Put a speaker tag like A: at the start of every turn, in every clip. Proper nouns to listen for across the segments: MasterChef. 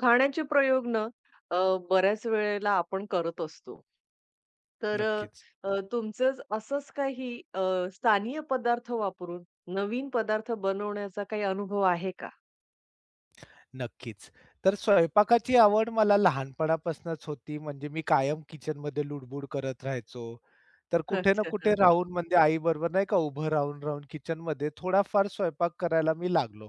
A: खाण्याचे प्रयोग ना, अ, बऱ्याच वेळेला आपण करत असतो. तर अ,
B: नक्कीच,
A: अ, तुमचंच असंच काही अ, स्थानीय पदार्थ वापरून नवीन पदार्थ बनवण्याचा काही अनुभव आहे का?
B: नक्कीच. तर स्वयंपाकाची आवड मला लहानपणापासूनच होती. म्हणजे मी कायम किचनमध्ये लुडबुड करत राहायचो. तर कुठे ना
A: अच्छा.
B: कुठे हं.
A: हां.
B: राहून म्हणजे आईबरोबर नाही का उभं राहून किचनमध्ये थोडाफार स्वयंपाक करायला मी लागलो.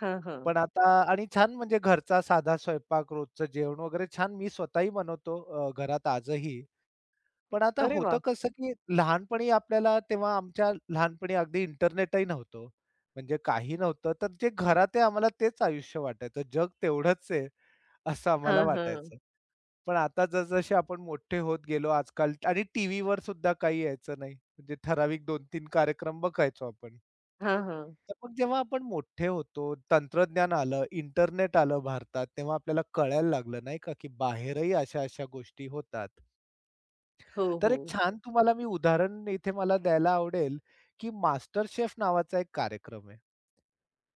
A: हां,
B: पण आता आणि छान म्हणजे घरचा साधा स्वयंपाक, रोजचं जेवण वगैरे छान मी स्वतःही बनवतो घरात आजही. पण आता
A: अरे
B: होतं
A: वाह!
B: कसं, की लहानपणी आपल्याला तेव्हा आमच्या लहानपणी अगदी इंटरनेटही नव्हतं. म्हणजे काही नव्हतं. तर जे घरात आहे आम्हाला तेच आयुष्य वाटायचं. जग तेवढंच आहे असं आम्हाला
A: हां, हां.
B: वाटायचं. पण आता जसजसे आपण मोठे होत गेलो आजकाल आणि टीव्हीवर सुद्धा काही यायचं नाही. म्हणजे ठराविक 2-3 कार्यक्रम बघायचो आपण.
A: हां, हां.
B: तर मग जेव्हा आपण मोठे होतो, तंत्रज्ञान आलं, इंटरनेट आलं भारतात, तेव्हा आपल्याला कळायला लागलं नाही का, की बाहेरही अशा-अशा गोष्टी होतात.
A: हो,
B: तर एक
A: हो.
B: छान तुम्हाला मी उदाहरण इथे मला द्यायला आवडेल, की मास्टर शेफ नावाचा एक कार्यक्रम आहे.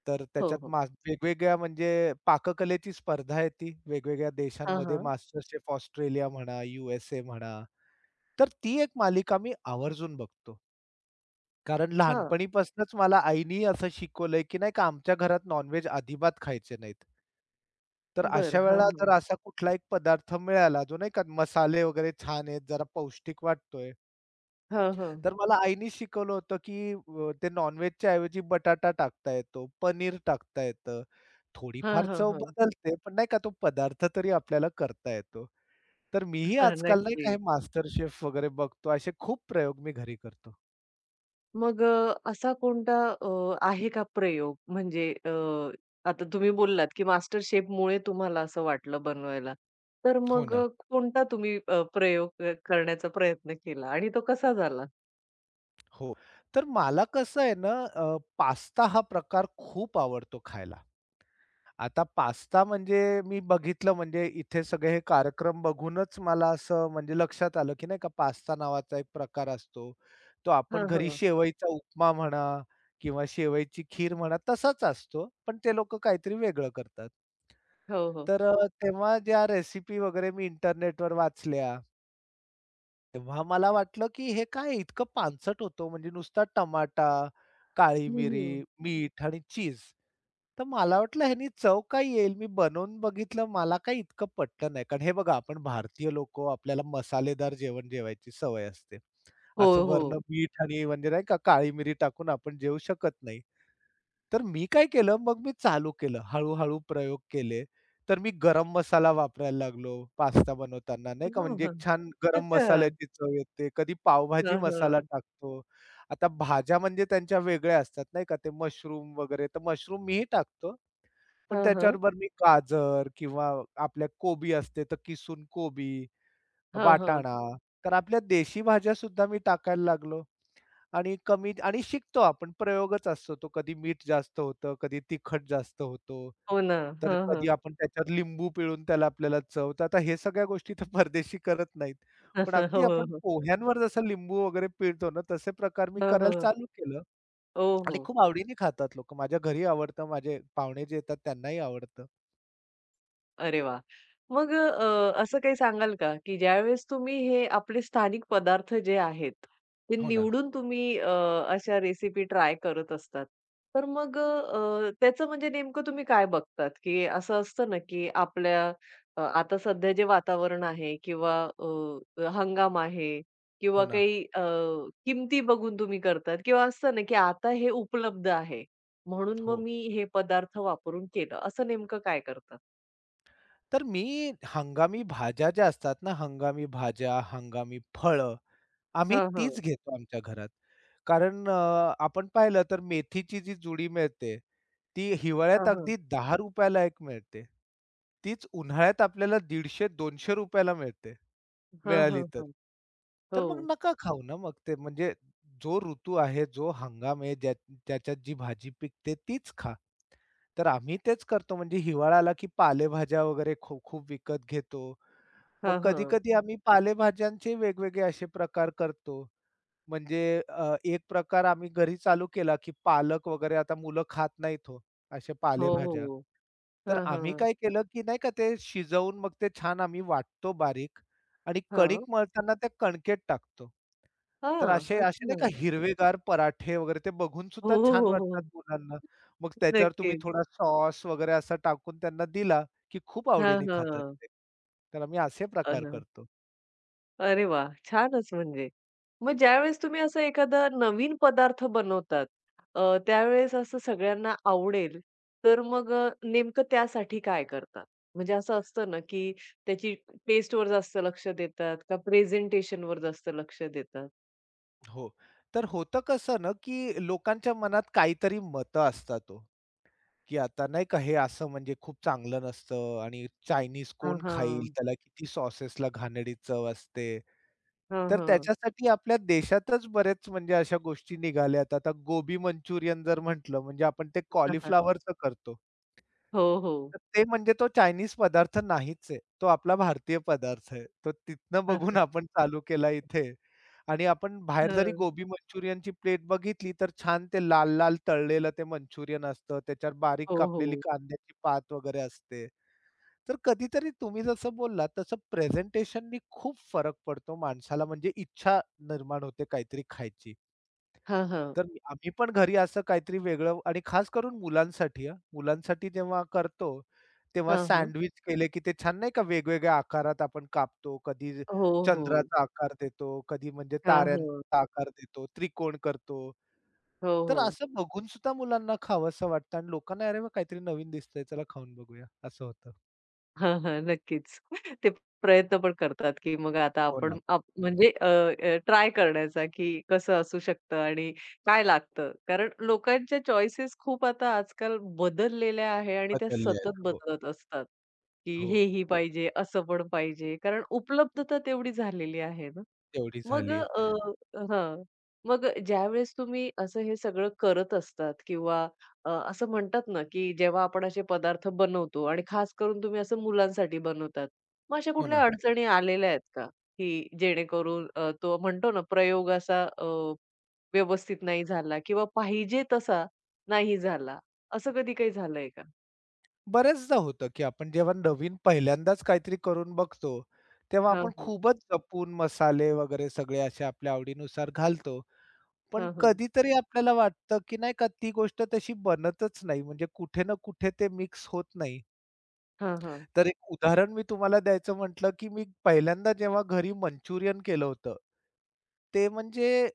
B: तर
A: हो,
B: त्याच्यात
A: हो.
B: मा वेगवेगळ्या म्हणजे पाककलेची स्पर्धा येते वेगवेगळ्या
A: हां,
B: देशांमध्ये
A: हां.
B: मास्टर शेफ ऑस्ट्रेलिया म्हणा, USA म्हणा. तर ती एक मालिका मी आवर्जून बघतो. कारण
A: हां.
B: लहानपणीपासूनच मला आईनी असं शिकवलंय, की नाही का आमच्या घरात नॉन अजिबात खायचे नाहीत. तर अशा
A: बरं. हां,
B: वेळेला जर
A: हां.
B: असा कुठला एक पदार्थ मिळाला, जो नाही का मसाले वगैरे छान आहेत, जरा पौष्टिक वाटतोय.
A: हां, हां.
B: तर मला आईने शिकवलं होतं, की ते नॉन-व्हेजच्या ऐवजी बटाटा टाकता येतो, पनीर टाकता येतं.
A: हां,
B: थोडीफार
A: हां,
B: चव
A: हां.
B: बदलते, पण नाही का तो पदार्थ तरी आपल्याला करता येतो. तर मीही
A: हां,
B: आजकाल नाही का हे
A: नक्कीच.
B: मास्टर शेफ वगैरे बघतो. असे खूप प्रयोग मी घरी करतो.
A: मग असा कोणता आहे का प्रयोग? म्हणजे आता तुम्ही बोललात, की MasterChefमुळे तुम्हाला असं वाटलं बनवायला. तर
B: हो
A: मग
B: ना.
A: कोणता तुम्ही प्रयोग करण्याचा प्रयत्न केला आणि तो कसा झाला?
B: हो. तर मला कसं आहे ना पास्ता हा प्रकार खूप आवडतो खायला. आता पास्ता म्हणजे मी बघितलं म्हणजे इथे सगळे हे कार्यक्रम बघूनच मला असं म्हणजे लक्षात आलं, की नाही का पास्ता नावाचा एक प्रकार असतो. तो आपण
A: हां,
B: घरी
A: हां.
B: शेवईचा उपमा म्हणा किंवा शेवईची खीर म्हणा तसाच असतो. पण ते लोकं काहीतरी वेगळं करतात.
A: हो, हो.
B: तर तेव्हा ज्या रेसिपी वगैरे मी इंटरनेटवर वाचल्या तेव्हा मला वाटलं, की हे काय इतकं पानसट होतं म्हणजे नुसता टमाटा, काळी
A: हं, हं.
B: मिरी, मीठ आणि चीज. तर मला वाटलं ह्यानी चव काय येईल? मी बनवून बघितलं मला काही इतकं पटलं नाही. कारण हे बघा आपण भारतीय लोकं आपल्याला मसालेदार जेवण जेवायची सवय असते.
A: हो,
B: असं वरनं
A: हो.
B: मीठ आणि म्हणजे नाही का काळी मिरी टाकून आपण जेवू शकत नाही. तर मी काय केलं, मग मी चालू केलं. हळू-हळू प्रयोग केले. तर मी गरम मसाला वापरायला लागलो पास्ता बनवताना, नाही का.
A: हां,
B: म्हणजे एक
A: हां.
B: छान गरम
A: अच्छा.
B: मसाल्याची चव येते. कधी पावभाजी
A: हां,
B: मसाला
A: हां.
B: टाकतो. आता भाज्या म्हणजे त्यांच्या वेगळ्या असतात, नाही का. ते मशरूम वगैरे, तर मशरूम मीही टाकतो. पण
A: हां, हां.
B: त्याच्याबरोबर मी गाजर किंवा आपल्या कोबी असते, तर किसून कोबी,
A: हां, हां.
B: वाटाणा, तर आपल्या देशी भाज्यासुद्धा मी टाकायला लागलो. आणि कमी आणि शिकतो आपण प्रयोगच असतो तो. कधी मीठ जास्त होतं, कधी तिखट जास्त होतो.
A: हो ना.
B: तर
A: हां, हां.
B: कधी आपण त्याच्यात लिंबू पिळून त्याला आपल्याला चव तर आता हे सगळ्या गोष्टी तर परदेशी करत नाहीत. पण
A: हो,
B: अगदी आपण
A: हो.
B: पोह्यांवर जसं लिंबू वगैरे पिळतो ना, तसे प्रकार मी
A: हां,
B: करायला
A: हां.
B: चालू केलं
A: ओ,
B: आणि
A: हो.
B: खूप आवडीने खातात लोकं. माझ्या घरी आवडतं, माझे पाहुणे जे येतात त्यांनाही आवडतं.
A: अरे वा, मग असं काही सांगाल का, की ज्यावेळेस तुम्ही हे आपले स्थानिक पदार्थ जे आहेत, ते
B: हो ना,
A: निवडून तुम्ही अशा रेसिपी ट्राय करत असतात. तर मग त्याचं म्हणजे नेमकं तुम्ही काय बघतात, की असं असतं ना, की आपल्या आता सध्या जे वातावरण आहे किंवा हंगाम आहे
B: हो
A: किंवा
B: ना.
A: काही किमती बघून तुम्ही करतात किंवा असतं ना, की आता हे उपलब्ध आहे म्हणून मग
B: हो.
A: मी हे पदार्थ वापरून केलं. असं नेमकं काय करतात?
B: तर मी हंगामी भाज्या ज्या असतात ना, हंगामी भाज्या, हंगामी फळं आम्ही
A: हां, हां.
B: तीच घेतो आमच्या घरात. कारण आपण पाहिलं तर मेथीची जी जुडी मिळते, ती हिवाळ्यात
A: हां, हां.
B: अगदी ₹10 ला एक मिळते. तीच उन्हाळ्यात आपल्याला 150 200 ला मिळते,
A: हां, हां,
B: मिळाली तर.
A: हां. हो.
B: तर मग नका खाऊ ना मग ते. म्हणजे जो ऋतू आहे, जो हंगाम आहे, ज्या त्याच्यात जी भाजी पिकते तीच खा. तर आम्ही तेच करतो म्हणजे हिवाळा आला की पालेभाज्या वगैरे खूप विकत घेतो. मग
A: हां, हां.
B: कधी-कधी आम्ही पालेभाज्यांचे वेगवेगळे असे प्रकार करतो. म्हणजे एक प्रकार आम्ही घरी चालू केला, की पालक वगैरे आता मुलं खात नाहीत हो, अशा
A: हो,
B: पालेभाज्या.
A: हो.
B: तर
A: हां,
B: आम्ही
A: हां.
B: काय केलं, की नाही का ते शिजवून मग ते छान आम्ही वाटतो बारीक आणि कणिक
A: हां.
B: मळताना त्या कणकेत टाकतो. तर
A: हां.
B: असे असे नाही का
A: अच्छा.
B: हिरवेगार पराठे वगैरे ते बघून
A: हो,
B: सुद्धा छान
A: हो, हो,
B: वाटतात
A: हो.
B: मुलांना. मग त्याच्यावर तुम्ही
A: नक्कीच.
B: थोडा सॉस वगैरे असा टाकून त्यांना दिला, की खूप
A: हां,
B: आवडीने खातात
A: हां.
B: ते. तर आम्ही असे प्रकार
A: अन
B: करतो.
A: अरे वाह! छानच म्हणजे. मग ज्यावेळेस तुम्ही असं एखादा नवीन पदार्थ बनवतात, त्यावेळेस असं सगळ्यांना आवडेल, तर मग नेमकं त्यासाठी काय करतात? म्हणजे असं असतं ना, की त्याची टेस्टवर जास्त लक्ष देतात का प्रेझेंटेशनवर जास्त लक्ष देतात?
B: हो. तर होतं कसं ना, की लोकांच्या मनात काहीतरी मतं असतात तो, की आता नाही का हे असं म्हणजे खूप चांगलं नसतं आणि चायनीज
A: हां,
B: कोण खाईल?
A: हां.
B: त्याला किती सॉसेसला घाणेरडी चव असते.
A: हां,
B: तर
A: हां.
B: त्याच्यासाठी आपल्या देशातच बरेच म्हणजे अशा गोष्टी निघाल्यात. आता गोबी मंचुरियन जर म्हटलं म्हणजे आपण ते
A: हां, हां.
B: कॉलीफ्लॉवरचं करतो.
A: हो, हो.
B: तर ते म्हणजे तो चायनीज पदार्थ नाहीच आहे. तो आपला भारतीय पदार्थ आहे. तो तिथनं बघून आपण चालू केला इथे आणि आपण बाहेर जरी
A: हं.
B: गोबी मंचुरियनची प्लेट बघितली, तर छान ते लाल-लाल तळलेलं ते मंचुरियन असतं. त्याच्यावर बारीक
A: हो,
B: कापलेली
A: हो.
B: कांद्याची पात वगैरे असते. तर कधीतरी तुम्ही जसं बोललात, तसं प्रेझेंटेशननी खूप फरक पडतो माणसाला म्हणजे इच्छा निर्माण होते काहीतरी खायची.
A: हां, हां.
B: तर मी आम्ही पण घरी असं काहीतरी वेगळं आणि खास करून मुलांसाठी हां. मुलांसाठी जेव्हा करतो, तेव्हा
A: हां, हां.
B: सँडविच केले, की ते छान नाही का वेगवेगळ्या आकारात आपण कापतो. कधी
A: हो, हो.
B: चंद्राचा आकार देतो, कधी म्हणजे
A: हां, हां.
B: ताऱ्यांचा आकार देतो, त्रिकोण करतो.
A: हो,
B: तर
A: हो.
B: असं बघून सुद्धा मुलांना खावंसं वाटतं आणि लोकांना "अरे वाह! काहीतरी नवीन दिसतंय, चला खाऊन बघूया." असं होतं.
A: हां, हां. नक्कीच. ते प्रयत्न पण करतात, की मग आता
B: हो ना.
A: आपण म्हणजे अ, अ, ट्राय करण्याचा, की कसं असू शकतं आणि काय लागतं. कारण लोकांच्या चॉईसेस खूप आता आजकाल बदललेल्या आहे आणि त्या
B: बदलले आहेत.
A: सतत
B: हो,
A: बदलत असतात, की
B: हो.
A: हेही पाहिजे, असं पण पाहिजे. कारण उपलब्धता तेवढी झालेली आहे ना.
B: हो, तेवढी
A: मग
B: झाली आहे.
A: हां. मग ज्यावेळेस तुम्ही असं हे सगळं करत असतात किंवा असं म्हणतात ना, की जेव्हा आपण असे पदार्थ बनवतो आणि खास करून तुम्ही असं मुलांसाठी बनवतात. मग अशा
B: हो
A: कुठल्या
B: ना.
A: अडचणी आलेल्या आहेत का? की जेणेकरून तो म्हणतो ना प्रयोग असा व्यवस्थित नाही झाला किंवा पाहिजे तसा नाही झाला. असं कधी काही झालंय का?
B: बऱ्याचदा होतं, की आपण जेव्हा नवीन पहिल्यांदाच काहीतरी करून बघतो, तेव्हा
A: हां,
B: आपण
A: हां.
B: खूपच जपून मसाले वगैरे सगळे असे आपल्या आवडीनुसार घालतो. पण
A: हां, हां.
B: कधीतरी आपल्याला वाटतं, की नाही का ती गोष्ट तशी बनतच नाही. म्हणजे कुठे ना कुठे ते मिक्स होत नाही.
A: हां, हां.
B: तर एक उदाहरण मी तुम्हाला द्यायचं म्हटलं, की मी पहिल्यांदा जेव्हा घरी मंचुरियन केलं होतं, ते म्हणजे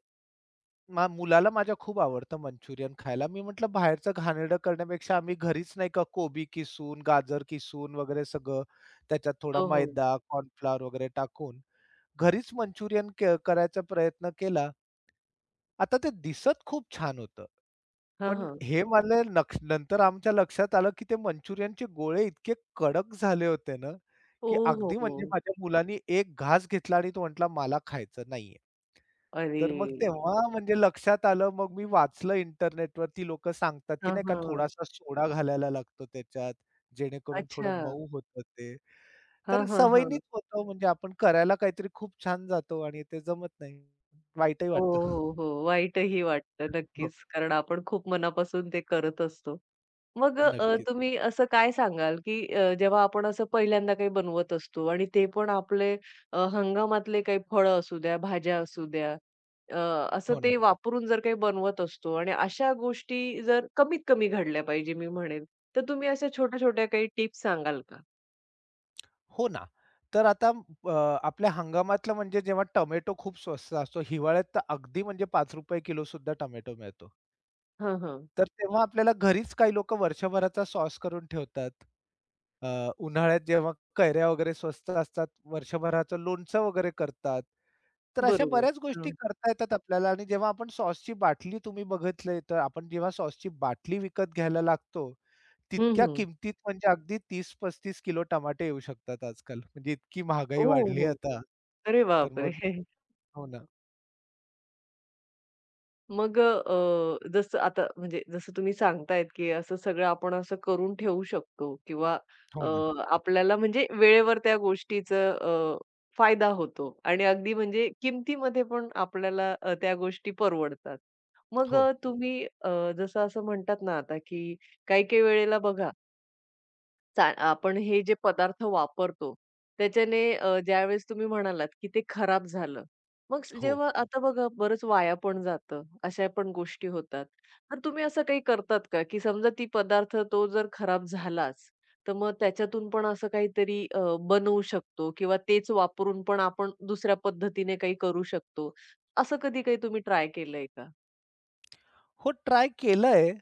B: मुलाला माझ्या खूप आवडतं मंचुरियन खायला. मी म्हटलं बाहेरचं घाणेरडं करण्यापेक्षा आम्ही घरीच नाही का कोबी किसून, गाजर किसून वगैरे सगळं त्याच्यात थोडा
A: हो, हो.
B: मैदा, कॉर्नफ्लॉवर वगैरे टाकून घरीच मंचुरियन करायचा प्रयत्न केला. आता ते दिसत खूप छान होतं.
A: हां,
B: पण
A: हां.
B: हे मला नंतर आमच्या लक्षात आलं, की ते मंचुरियनचे गोळे इतके कडक झाले होते ना, की अगदी
A: ओहोहो!
B: म्हणजे माझ्या मुलांनी एक घास घेतला आणि तो म्हटला, "मला खायचं नाहीये." तर मग
A: अरे!
B: तेव्हा म्हणजे लक्षात आलं. मग मी वाचलं इंटरनेटवर ती लोकं सांगतात, की
A: हां,
B: नाही का
A: हां.
B: थोडासा सोडा घालायला लागतो त्याच्यात, जेणेकरून थोडं
A: अच्छा.
B: मऊ होतं ते.
A: हां,
B: तर
A: हां,
B: सवयीनेच
A: हां.
B: होतं म्हणजे आपण करायला काहीतरी खूप छान जातो आणि ते जमत नाही. वाईटही
A: हो,
B: वाटतं.
A: हो, हो. वाईटही वाटतं
B: हो.
A: नक्कीच, कारण आपण खूप मनापासून ते करत असतो. मग
B: नक्कीच.
A: तुम्ही असं काय सांगाल, की जेव्हा आपण असं पहिल्यांदा काही बनवत असतो आणि ते पण आपले हंगामातले काही फळं असू द्या, भाज्या असू द्या, अ, असं
B: हो ना.
A: ते वापरून जर काही बनवत असतो आणि अशा गोष्टी जर कमीत कमी घडल्या पाहिजे मी म्हणेन, तर तुम्ही अशा छोट्या-छोट्या काही टिप्स सांगाल का?
B: हो ना. तर आता अ, आपल्या हंगामातलं म्हणजे जेव्हा टोमॅटो खूप स्वस्त असतो. हिवाळ्यात तर अगदी म्हणजे ₹5 किलोसुद्धा टोमॅटो मिळतो.
A: हां, हां.
B: तर तेव्हा आपल्याला घरीच काही लोकं वर्षभराचा सॉस करून ठेवतात. उन्हाळ्यात जेव्हा कैऱ्या वगैरे स्वस्त असतात, वर्षभराचं लोणचं वगैरे करतात. तर अशा
A: बरोबर.
B: बऱ्याच गोष्टी
A: हां.
B: करता येतात आपल्याला आणि जेव्हा आपण सॉसची बाटली तुम्ही बघितले, तर आपण जेव्हा सॉसची बाटली विकत घ्यायला लागतो,
A: हं,
B: तितक्या
A: हं.
B: किमतीत म्हणजे अगदी 30-35 किलो टमाटे येऊ शकतात आजकाल. म्हणजे इतकी महागाई
A: ओ,
B: वाढली आहे
A: हो.
B: आता.
A: अरे
B: तर मग
A: बापरे!
B: हो ना,
A: मग जसं आता म्हणजे जसं तुम्ही सांगतायत, की असं सगळं आपण असं करून ठेवू शकतो किंवा
B: हो
A: अ,
B: ना.
A: आपल्याला म्हणजे वेळेवर त्या गोष्टीचं फायदा होतो आणि अगदी म्हणजे किमतीमध्ये पण आपल्याला त्या गोष्टी परवडतात. मग
B: हो,
A: तुम्ही जसं असं म्हणतात ना आता, की काही-काही वेळेला बघा चा आपण हे जे पदार्थ वापरतो, त्याच्याने ज्यावेळेस तुम्ही म्हणालात, की ते खराब झालं. मग
B: हो.
A: जेव्हा आता बघा बरंच वाया पण जातं, अशा पण गोष्टी होतात. तर तुम्ही असं काही करतात का, की समजा ती पदार्थ तो जर खराब झालाच, तर मग त्याच्यातून पण असं काहीतरी बनवू शकतो किंवा तेच वापरून पण आपण दुसऱ्या पद्धतीने काही करू शकतो. असं कधी काही तुम्ही ट्राय केलंय का?
B: हो, ट्राय केलंय.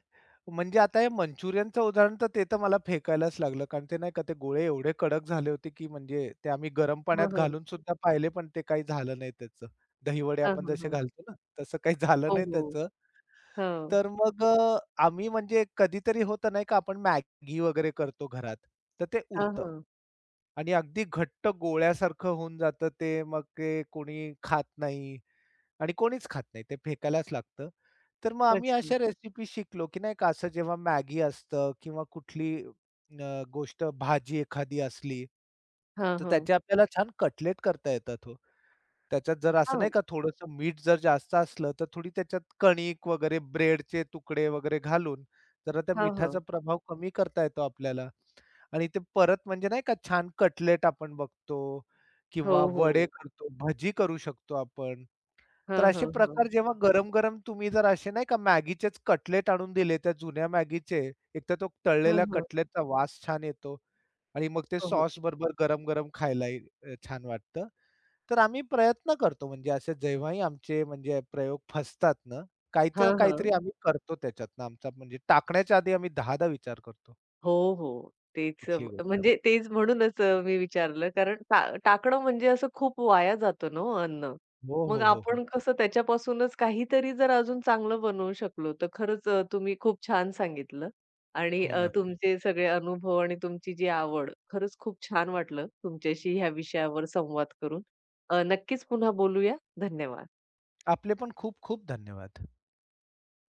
B: म्हणजे आता हे मंचुरियनचं उदाहरण तर ते तर मला फेकायलाच लागलं. कारण ते नाही का ते गोळे एवढे कडक झाले होते, की म्हणजे ते आम्ही गरम पाण्यात
A: हां, हां.
B: घालून सुद्धा पाहिले, पण ते काही झालं नाही त्याचं. दहीवडे
A: हां,
B: आपण
A: हां,
B: जसे
A: हां.
B: घालतो ना, तसं काही झालं
A: हो,
B: नाही
A: हो.
B: त्याचं.
A: हां.
B: तर मग आम्ही म्हणजे कधीतरी होतं नाही का आपण मॅगी वगैरे करतो घरात, तर ते
A: हां,
B: उरतं
A: हां.
B: आणि अगदी घट्ट गोळ्यासारखं होऊन जातं ते. मग ते कोणी खात नाही आणि कोणीच खात नाही. ते फेकायलाच लागतं. तर मग आम्ही
A: अच्छा.
B: अशा रेसिपी शिकलो, की नाही का असं जेव्हा मॅगी असतं किंवा कुठली गोष्ट भाजी एखादी असली, तर
A: हां,
B: त्याचे आपल्याला छान कटलेट करता येतात हो. त्याच्यात जर असं
A: हां.
B: नाही का थोडंसं मीठ जर जास्त असलं, तर थोडी त्याच्यात कणिक वगैरे ब्रेडचे तुकडे वगैरे घालून जरा त्या
A: हां,
B: मिठाचा
A: हां.
B: प्रभाव कमी करता येतो आपल्याला. आणि ते परत म्हणजे नाही का छान कटलेट आपण बघतो
A: हो,
B: किंवा वडे
A: हो.
B: करतो, भजी करू शकतो आपण.
A: हां,
B: तर असे
A: हां,
B: प्रकार
A: हां.
B: जेव्हा गरम-गरम तुम्ही जर असे नाही का मॅगीचेच कटलेट आणून दिले, त्या जुन्या मॅगीचे, एकतर तो
A: हां,
B: तळलेल्या
A: हां.
B: कटलेटचा वास छान येतो आणि मग ते
A: हो, हो.
B: सॉस बरोबर गरम-गरम खायलाही छान वाटतं. तर आम्ही प्रयत्न करतो म्हणजे असे जेव्हाही आमचे म्हणजे प्रयोग फसतात ना, काहीतरी
A: हां,
B: ना
A: हां.
B: काहीतरी आम्ही करतो त्याच्यातनं आमचा म्हणजे टाकण्याच्या आधी आम्ही 10दा विचार करतो
A: हो, हो. तेच
B: कुठलीही गोष्ट.
A: म्हणजे तेच म्हणूनच मी विचारलं कारण टाकणं म्हणजे असं खूप वाया जातं ना हो अन्न.
B: हो,
A: मग
B: हो, हो, हो.
A: आपण कसं त्याच्यापासूनच काहीतरी जर अजून चांगलं बनवू शकलो तर खरंच तुम्ही खूप छान सांगितलं आणि
B: हो ना.
A: तुमचे सगळे अनुभव आणि तुमची जी आवड खरंच खूप छान वाटलं तुमच्याशी ह्या विषयावर संवाद करून. नक्कीच पुन्हा बोलूया. धन्यवाद.
B: आपले पण खूप खूप धन्यवाद.